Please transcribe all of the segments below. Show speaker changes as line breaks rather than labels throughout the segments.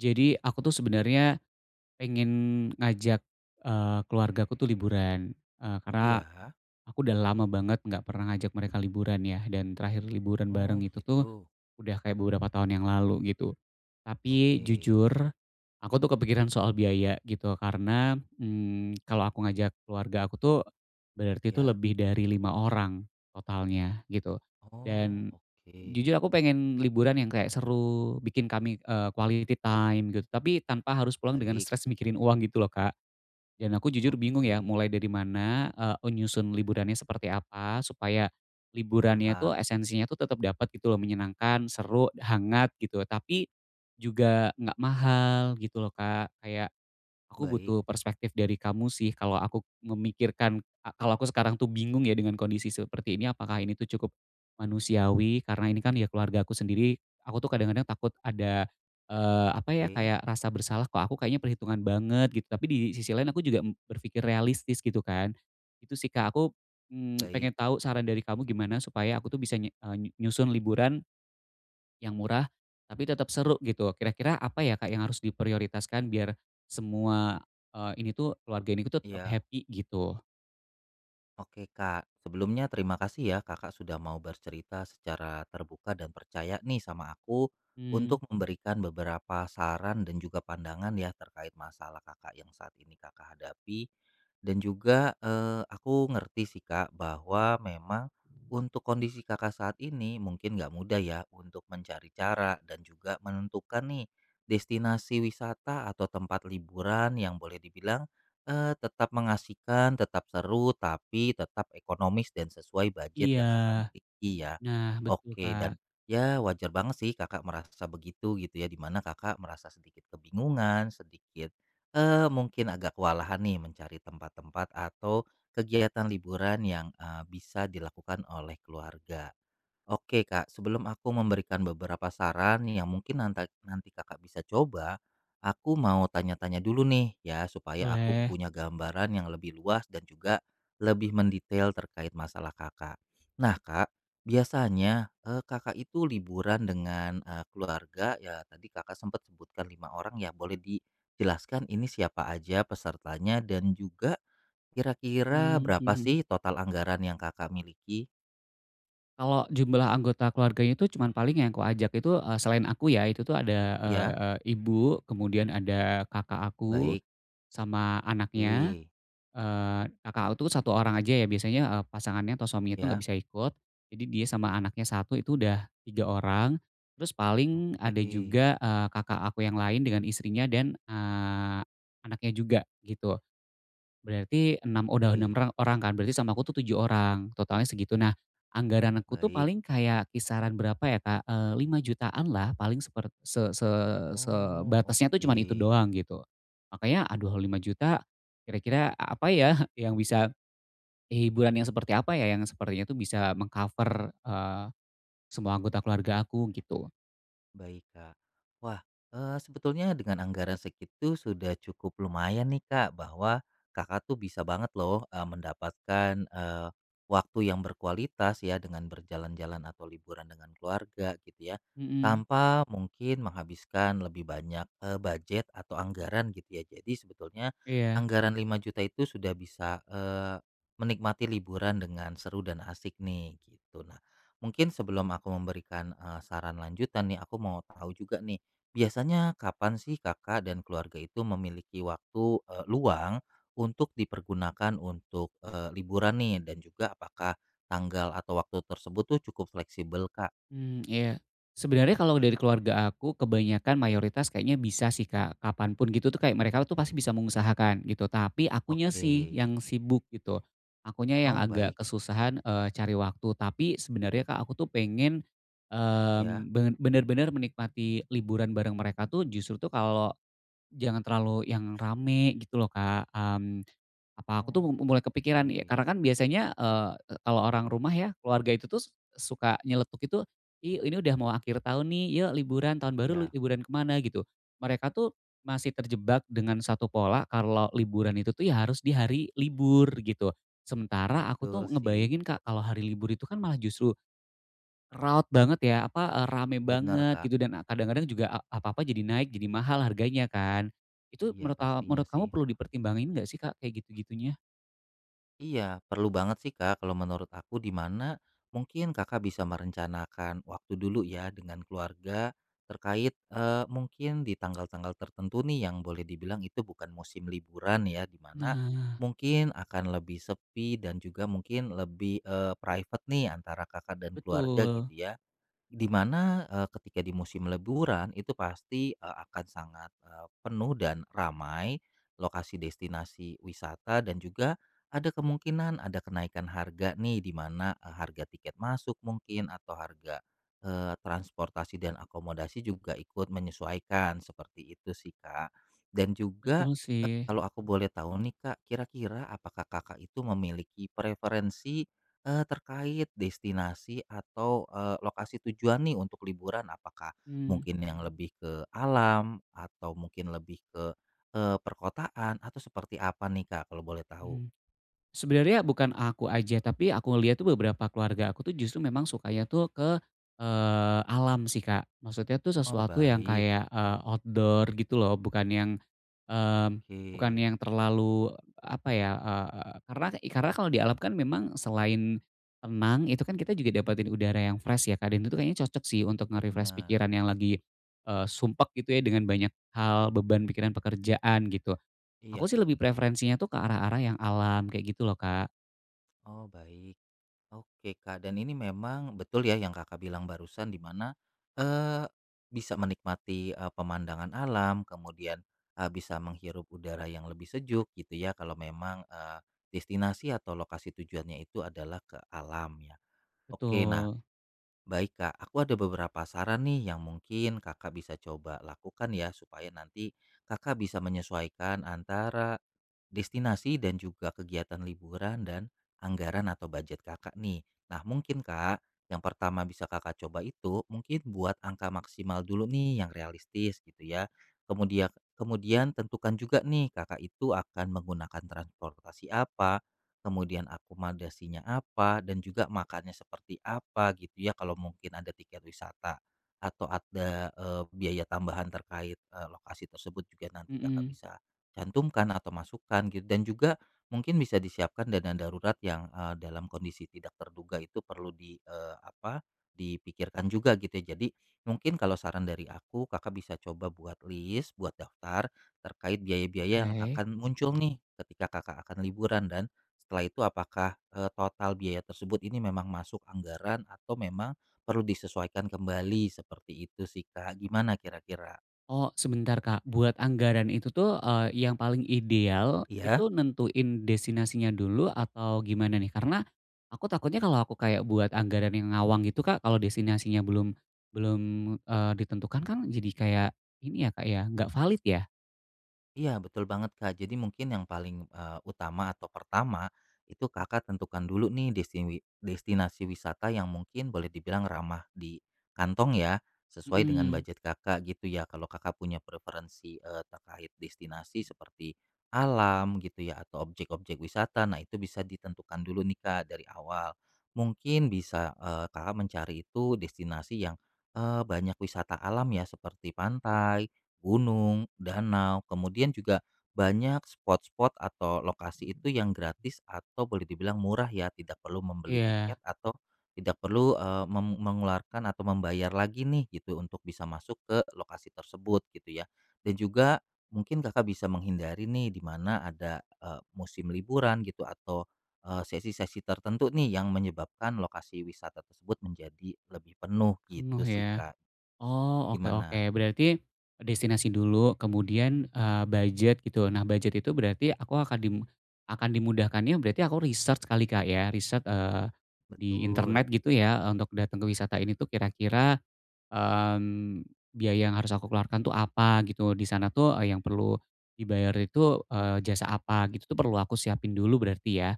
Jadi aku tuh sebenarnya pengen ngajak, keluargaku tuh liburan, karena
Iya?
aku udah lama banget nggak pernah ngajak mereka liburan ya, dan terakhir liburan
Oh
bareng itu tuh
gitu.
udah kayak beberapa tahun yang lalu gitu. Tapi
Oke.
jujur, aku tuh kepikiran soal biaya gitu karena, kalau aku ngajak keluarga aku tuh, berarti itu
Ya?
lebih dari 5 orang totalnya gitu.
Oh,
Dan, jujur
oke.
aku pengen liburan yang kayak seru, bikin kami, quality time gitu, tapi tanpa harus pulang dengan
Baik.
stres mikirin uang gitu loh, Kak. Dan aku jujur bingung ya
Oke.
mulai dari mana, nyusun liburannya seperti apa supaya liburannya tuh
Paham.
esensinya tuh tetap dapat gitu loh, menyenangkan, seru, hangat gitu, tapi juga nggak mahal gitu loh, Kak. Kayak aku
Baik.
butuh perspektif dari kamu sih kalau aku memikirkan kalau aku sekarang tuh bingung ya dengan kondisi seperti ini, apakah ini tuh cukup manusiawi karena ini kan ya keluarga aku sendiri, aku tuh kadang-kadang takut ada, apa ya,
Oke.
kayak rasa bersalah kok aku kayaknya perhitungan banget gitu, tapi di sisi lain aku juga berpikir realistis gitu kan. Itu sih Kak, aku, pengen
Baik.
tahu saran dari kamu gimana supaya aku tuh bisa nyusun liburan yang murah, tapi tetap seru gitu. Kira-kira apa ya Kak yang harus diprioritaskan biar semua, ini tuh keluarga ini tuh tetap
Iya.
happy gitu?
Oke Kak, sebelumnya terima kasih ya Kakak sudah mau bercerita secara terbuka dan percaya nih sama aku
Mmm,
untuk memberikan beberapa saran dan juga pandangan ya terkait masalah Kakak yang saat ini Kakak hadapi. Dan juga aku ngerti sih Kak bahwa memang untuk kondisi Kakak saat ini mungkin nggak mudah ya untuk mencari cara dan juga menentukan nih destinasi wisata atau tempat liburan yang boleh dibilang tetap mengasihkan, tetap seru, tapi tetap ekonomis dan sesuai budget
iya.
yang Kakak miliki ya.
Nah, betul
Oke,
Kak.
dan ya wajar banget sih Kakak merasa begitu gitu ya, di mana Kakak merasa sedikit kebingungan, sedikit, mungkin agak kewalahan nih mencari tempat-tempat atau kegiatan liburan yang, bisa dilakukan oleh keluarga. Oke Kak, sebelum aku memberikan beberapa saran yang mungkin nanti Kakak bisa coba, aku mau tanya-tanya dulu nih ya supaya aku
Boleh.
punya gambaran yang lebih luas dan juga lebih mendetail terkait masalah Kakak. Nah Kak, biasanya Kakak itu liburan dengan keluarga ya tadi Kakak sempat sebutkan 5 orang ya boleh dijelaskan ini siapa aja pesertanya dan juga kira-kira
Mmm,
berapa
mhm.
sih total anggaran yang Kakak miliki?
Kalau jumlah anggota keluarganya itu cuman paling yang aku ajak itu, selain aku ya, itu tuh ada, eee
Ya,
eee, ibu, kemudian ada kakak aku,
baik.
sama anaknya.
Oke,
Kakak aku satu orang aja ya biasanya, pasangannya atau suaminya itu nggak
ya,
bisa ikut. Jadi dia sama anaknya satu itu udah 3 orang. Terus paling
oke,
ada juga, kakak aku yang lain dengan istrinya dan, anaknya juga gitu. Berarti 6 udah 6
oke,
orang orang kan, berarti sama aku tuh 7 orang, totalnya segitu. Nah, anggaran aku tuh
baik.
paling kayak kisaran berapa ya Kak, 5.000.000-an lah paling seper se se
Oh,
sebatasnya tuh
oke.
cuman itu doang gitu. Makanya aduh 5 juta kira-kira apa ya yang bisa eh, hiburan yang seperti apa ya, yang sepertinya tuh bisa cover semua anggota keluarga aku gitu.
Baik, Kak. Wah, sebetulnya dengan anggaran segitu sudah cukup lumayan nih, Kak, bahwa Kakak tuh bisa banget loh, mendapatkan, waktu yang berkualitas ya dengan berjalan-jalan atau liburan dengan keluarga gitu ya,
Mhm,
tanpa mungkin menghabiskan lebih banyak, budget atau anggaran gitu ya. Jadi sebetulnya
iya.
anggaran 5 juta itu sudah bisa, menikmati liburan dengan seru dan asik nih, gitu. Mungkin sebelum aku memberikan, saran lanjutan nih, aku mau tahu juga nih, biasanya kapan sih Kakak dan keluarga itu memiliki waktu, luang untuk dipergunakan untuk, liburan nih dan juga apakah tanggal atau waktu tersebut tuh cukup fleksibel, Kak?
Mmm, iya. Sebenarnya kalau dari keluarga aku kebanyakan mayoritas kayaknya bisa sih, Kak, kapan gitu tuh kayak mereka tuh pasti bisa mengusahakan gitu, tapi akunya
Oke.
sih yang sibuk gitu. Akunya yang
Oh,
agak
baik.
kesusahan, cari waktu, tapi sebenarnya, Kak, aku tuh pengen,
Ya.
bener-bener menikmati liburan bareng mereka tuh justru tuh kalau jangan terlalu yang rame gitu loh, Kak, apa aku tuh mulai
Oke.
kepikiran ya karena kan biasanya, kalau orang rumah ya, keluarga itu tuh suka nyeletuk itu, "Ih, ini udah mau akhir tahun nih, yuk liburan, tahun baru lu
Iya,
liburan kemana." Gitu. Mereka tuh masih terjebak dengan satu pola kalau liburan itu tuh ya harus di hari libur gitu. Sementara aku tuh
betul sih.
ngebayangin, Kak, kalau hari libur itu kan malah justru raut banget ya, apa, rame
Bener,
banget
Kak.
gitu dan, kadang-kadang juga apa-apa jadi naik, jadi mahal harganya kan. Itu
Iya, pastinya
menurut kamu
sih.
perlu dipertimbangin nggak sih, Kak, kayak gitu-gitunya?
Iya, perlu banget sih Kak kalau menurut aku di mana mungkin Kakak bisa merencanakan waktu dulu ya dengan keluarga terkait mungkin di tanggal-tanggal tertentu nih yang boleh dibilang itu bukan musim liburan ya di mana
Nah,
mungkin akan lebih sepi dan juga mungkin lebih private nih antara Kakak dan keluarga
betul,
gitu ya. Di mana, ketika di musim liburan itu pasti, akan sangat, penuh dan ramai lokasi destinasi wisata dan juga ada kemungkinan ada kenaikan harga nih di mana, harga tiket masuk mungkin atau harga, transportasi dan akomodasi juga ikut menyesuaikan seperti itu sih, Kak. Dan juga,
betul sih.
kalau aku boleh tahu nih, Kak, kira-kira apakah Kakak itu memiliki preferensi terkait destinasi atau, lokasi tujuan nih untuk liburan apakah
Mmm,
mungkin yang lebih ke alam atau mungkin lebih ke, perkotaan atau seperti apa nih, Kak, kalau boleh tahu?
mhm. Sebenarnya bukan aku aja, tapi aku ngeliat tuh beberapa keluarga aku tuh justru memang sukanya tuh ke, alam sih, Kak. Maksudnya tuh
Oh,
sesuatu yang
baik.
kayak, outdoor gitu loh, bukan yang, mmm,
Oke,
bukan yang terlalu apa ya, karena kalau di alam kan memang selain tenang, itu kan kita juga dapatin udara yang fresh ya, Kak, dan itu kayaknya cocok sih untuk nge-refresh
benar,
pikiran yang lagi, sumpek gitu ya dengan banyak hal, beban pikiran pekerjaan gitu. Aku
iya,
sih
Kak.
lebih preferensinya tuh ke arah-arah yang alam kayak gitu loh, Kak.
Oh, baik. Oke, Kak, dan ini memang betul ya yang Kakak bilang barusan di mana, eee, bisa menikmati, pemandangan alam kemudian, bisa menghirup udara yang lebih sejuk gitu ya kalau memang, destinasi atau lokasi tujuannya itu adalah ke alam ya. Oke, nah
Betul.
baik, Kak, aku ada beberapa saran nih yang mungkin Kakak bisa coba lakukan ya supaya nanti Kakak bisa menyesuaikan antara destinasi dan juga kegiatan liburan dan anggaran atau budget kakak nih. Nah mungkin kak, yang pertama bisa kakak coba itu mungkin buat angka maksimal dulu nih yang realistis gitu ya. Kemudian kemudian tentukan juga nih kakak itu akan menggunakan transportasi apa, kemudian akomodasinya apa, dan juga makannya seperti apa gitu ya kalau mungkin ada tiket wisata atau ada biaya tambahan terkait lokasi tersebut juga nanti kakak
Mhm.
bisa cantumkan atau masukkan gitu dan juga mungkin bisa disiapkan dana darurat yang, dalam kondisi tidak terduga itu perlu dipikirkan juga gitu ya. Jadi mungkin kalau saran dari aku, Kakak bisa coba buat list, buat daftar terkait biaya-biaya
Oke.
yang akan muncul nih ketika Kakak akan liburan dan setelah itu apakah, total biaya tersebut ini memang masuk anggaran atau memang perlu disesuaikan kembali seperti itu sih, Kak. Gimana kira-kira?
Oh, sebentar, Kak. Buat anggaran itu tuh, yang paling ideal
Iya?
itu nentuin destinasinya dulu atau gimana nih? Karena aku takutnya kalau aku kayak buat anggaran yang ngawang gitu, Kak, kalau destinasinya belum belum, eee, ditentukan kan jadi kayak ini ya, Kak, ya, nggak valid ya?
Iya, betul banget, Kak. Jadi mungkin yang paling, utama atau pertama, itu Kakak tentukan dulu nih destinasi wisata yang mungkin boleh dibilang ramah di kantong ya, sesuai dengan
Mhm.
budget Kakak gitu ya. Kalau Kakak punya preferensi, terkait destinasi seperti alam gitu ya atau objek-objek wisata, nah itu bisa ditentukan dulu nih, Kak, dari awal. Mungkin bisa, Kakak mencari itu destinasi yang, banyak wisata alam ya seperti pantai, gunung, danau, kemudian juga banyak spot-spot atau lokasi itu yang gratis atau boleh dibilang murah ya, tidak perlu membeli
Iya,
tiket atau tidak perlu, eee, mem mengeluarkan atau membayar lagi nih gitu untuk bisa masuk ke lokasi tersebut gitu ya. Dan juga mungkin Kakak bisa menghindari nih di mana ada, musim liburan gitu atau, sesi-sesi tertentu nih yang menyebabkan lokasi wisata tersebut menjadi lebih penuh gitu
penuh
sih,
ya.
Kak.
Oh, oke oke.
Gimana?
Berarti destinasi dulu, kemudian, budget gitu. Nah, budget itu berarti aku akan dimudahkannya berarti aku research kali, Kak, ya? Riset, di internet
Betul.
gitu ya, untuk datang ke wisata ini tuh kira-kira, mmm, biaya yang harus aku keluarkan tuh apa gitu, di sana tuh, yang perlu dibayar itu, jasa apa gitu tuh perlu aku siapin dulu berarti ya?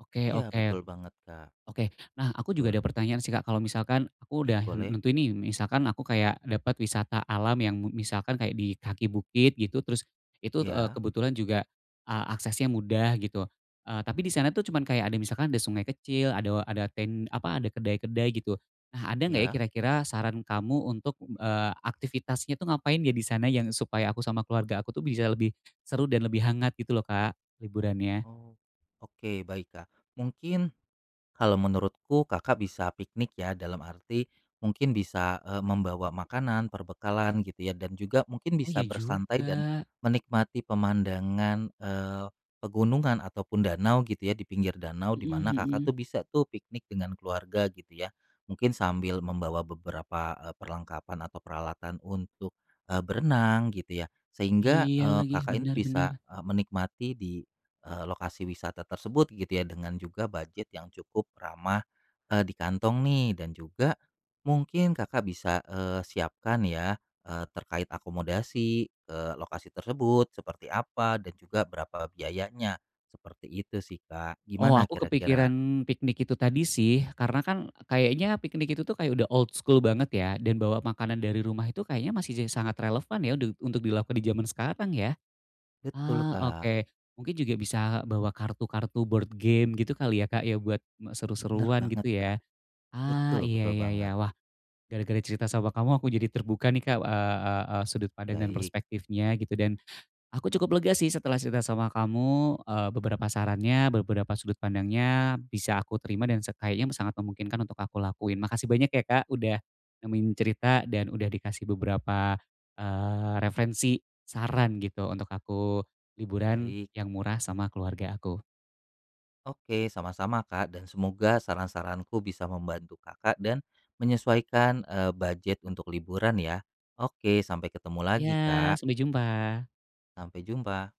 Oke
Iya
oke.
betul banget, Kak,
Oke. Nah, aku juga
betul.
ada pertanyaan sih, Kak. Kalau misalkan aku
Iya
udah
boleh,
nentuin ini misalkan aku kayak dapat wisata alam yang misalkan kayak di kaki bukit gitu, terus itu,
iya
kebetulan juga, aksesnya mudah gitu. Tapi di sana tuh cuman kayak ada misalkan ada sungai kecil, ada ten apa, ada kedai-kedai gitu. Nah, ada nggak ya
iya.
kira-kira saran kamu untuk, aktivitasnya tuh ngapain ya di sana yang supaya aku sama keluarga aku tuh bisa lebih seru dan lebih hangat gitu loh, Kak, liburannya?
Oh, oke baik, Kak. Mungkin, kalau menurutku Kakak bisa piknik ya, dalam arti mungkin bisa, membawa makanan, perbekalan gitu ya, dan juga mungkin
Oh,
bisa
ya
bersantai dan
juga.
menikmati pemandangan, pegunungan ataupun danau gitu ya, di pinggir danau, di mana
Mhm
Kakak
mhm.
tuh bisa tuh piknik dengan keluarga gitu ya. Mungkin sambil membawa beberapa, perlengkapan atau peralatan untuk, berenang gitu ya, sehingga,
Iya lagi,
Kakak ini bisa,
benar-benar.
menikmati di lokasi wisata tersebut gitu ya, dengan juga budget yang cukup ramah, di kantong nih dan juga mungkin Kakak bisa, siapkan ya, terkait akomodasi ke lokasi tersebut seperti apa dan juga berapa biayanya, seperti itu sih, Kak.
Oh
Gimana
aku
kira-kira?
kepikiran piknik itu tadi sih, karena kan kayaknya piknik itu tuh kayak udah old school banget ya, dan bawa makanan dari rumah itu kayaknya masih sangat relevan ya untuk dilakukan di zaman sekarang ya.
Betul,
Ah,
Kak.
oke. Mungkin juga bisa bawa kartu-kartu board game gitu kali ya Kak ya buat
Bener
seru-seruan
banget,
gitu
Kak.
ya. Ah,
Betul
iya
betul
iya iya.
banget.
Wah, gara-gara cerita sama kamu aku jadi terbuka nih Kak, eee eee eee, sudut pandang dan
Baik
perspektifnya gitu dan aku cukup lega sih setelah cerita sama kamu, beberapa sarannya, beberapa sudut pandangnya bisa aku terima dan kayaknya sangat memungkinkan untuk aku lakuin. Makasih banyak ya, Kak, udah nemenin cerita dan udah dikasih beberapa, referensi, saran gitu untuk aku liburan
baik.
yang murah sama keluarga aku.
Oke, sama-sama Kak, dan semoga saran-saranku bisa membantu Kakak dan menyesuaikan, budget untuk liburan ya. Oke, sampai ketemu lagi
Ya,
Kak,
sampai jumpa.
sampai jumpa.